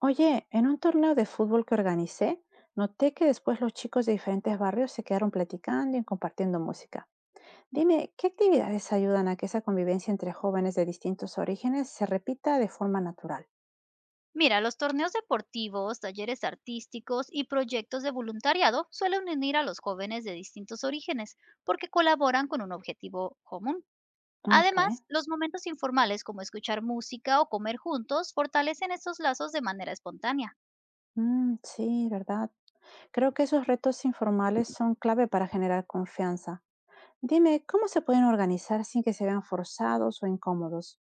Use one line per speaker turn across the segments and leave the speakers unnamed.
Oye, en un torneo de fútbol que organicé, noté que después los chicos de diferentes barrios se quedaron platicando y compartiendo música. Dime, ¿qué actividades ayudan a que esa convivencia entre jóvenes de distintos orígenes se repita de forma natural?
Mira, los torneos deportivos, talleres artísticos y proyectos de voluntariado suelen unir a los jóvenes de distintos orígenes porque colaboran con un objetivo común.
Ok.
Además, los momentos informales como escuchar música o comer juntos fortalecen estos lazos de manera espontánea.
Mm, sí, ¿verdad? Creo que esos retos informales son clave para generar confianza. Dime, ¿cómo se pueden organizar sin que se vean forzados o incómodos?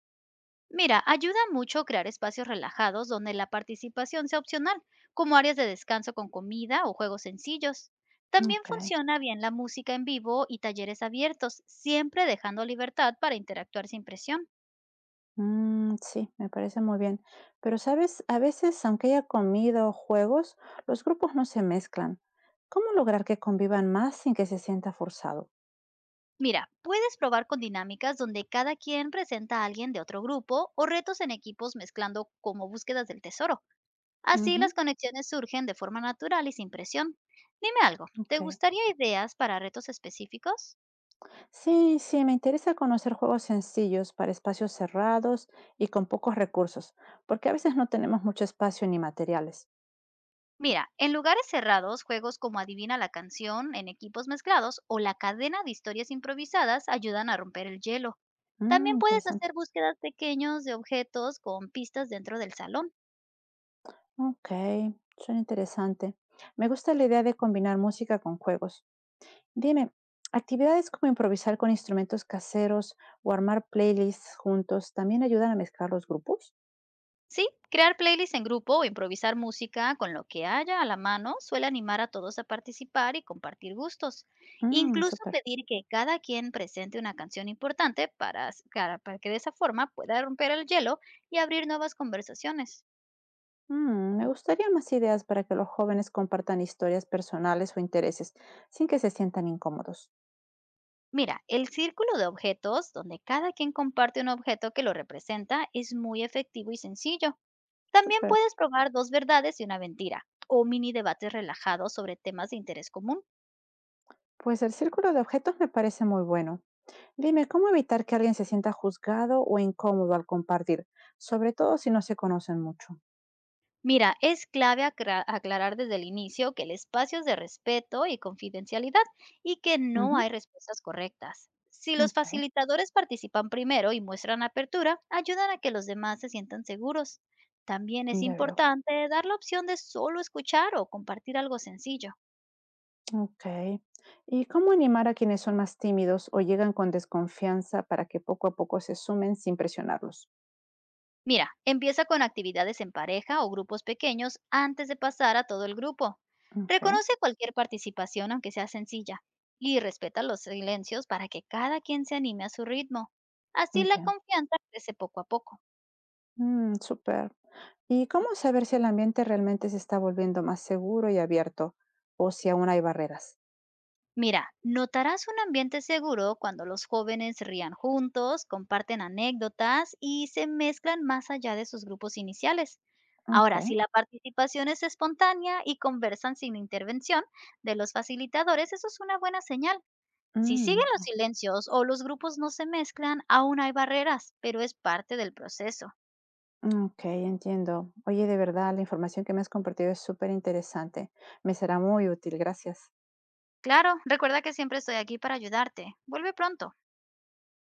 Mira, ayuda mucho crear espacios relajados donde la participación sea opcional, como áreas de descanso con comida o juegos sencillos. También
Ok.
funciona bien la música en vivo y talleres abiertos, siempre dejando libertad para interactuar sin presión.
Mm, sí, me parece muy bien. Pero, ¿sabes? A veces, aunque haya comido o juegos, los grupos no se mezclan. ¿Cómo lograr que convivan más sin que se sienta forzado?
Mira, puedes probar con dinámicas donde cada quien presenta a alguien de otro grupo o retos en equipos mezclando como búsquedas del tesoro. Así las
Ujú,
conexiones surgen de forma natural y sin presión. Dime algo, ¿te
ok.
gustaría ideas para retos específicos?
Sí, sí, me interesa conocer juegos sencillos para espacios cerrados y con pocos recursos, porque a veces no tenemos mucho espacio ni materiales.
Mira, en lugares cerrados, juegos como Adivina la canción en equipos mezclados o la cadena de historias improvisadas ayudan a romper el hielo. También
Mm,
puedes
interesante.
hacer búsquedas pequeños de objetos con pistas dentro del salón.
Ok, suena interesante. Me gusta la idea de combinar música con juegos. Dime, actividades como improvisar con instrumentos caseros o armar playlists juntos también ayudan a mezclar los grupos.
Sí, crear playlists en grupo o improvisar música con lo que haya a la mano suele animar a todos a participar y compartir gustos.
Mm,
Incluso
súper.
pedir que cada quien presente una canción importante para que de esa forma pueda romper el hielo y abrir nuevas conversaciones.
Mm, me gustaría más ideas para que los jóvenes compartan historias personales o intereses sin que se sientan incómodos.
Mira, el círculo de objetos, donde cada quien comparte un objeto que lo representa, es muy efectivo y sencillo. También
Súper.
puedes probar dos verdades y una mentira, o mini debates relajados sobre temas de interés común.
Pues el círculo de objetos me parece muy bueno. Dime, ¿cómo evitar que alguien se sienta juzgado o incómodo al compartir? Sobre todo si no se conocen mucho.
Mira, es clave aclarar desde el inicio que el espacio es de respeto y confidencialidad y que no
Ujú,
hay respuestas correctas. Si los
ok,
facilitadores participan primero y muestran apertura, ayudan a que los demás se sientan seguros. También es
ya veo.
importante dar la opción de solo escuchar o compartir algo sencillo.
Ok. ¿Y cómo animar a quienes son más tímidos o llegan con desconfianza para que poco a poco se sumen sin presionarlos?
Mira, empieza con actividades en pareja o grupos pequeños antes de pasar a todo el grupo.
Ok,
Reconoce cualquier participación, aunque sea sencilla, y respeta los silencios para que cada quien se anime a su ritmo. Así la
bien.
confianza crece poco a poco.
Mm, súper. ¿Y cómo saber si el ambiente realmente se está volviendo más seguro y abierto o si aún hay barreras?
Mira, notarás un ambiente seguro cuando los jóvenes rían juntos, comparten anécdotas y se mezclan más allá de sus grupos iniciales.
Ok.
Ahora, si la participación es espontánea y conversan sin intervención de los facilitadores, eso es una buena señal. Si siguen
Mm,
los silencios o los grupos no se mezclan, aún hay barreras, pero es parte del proceso.
ok, entiendo. Oye, de verdad, la información que me has compartido es súper interesante. Me será muy útil. Gracias.
Claro, recuerda que siempre estoy aquí para ayudarte. Vuelve pronto.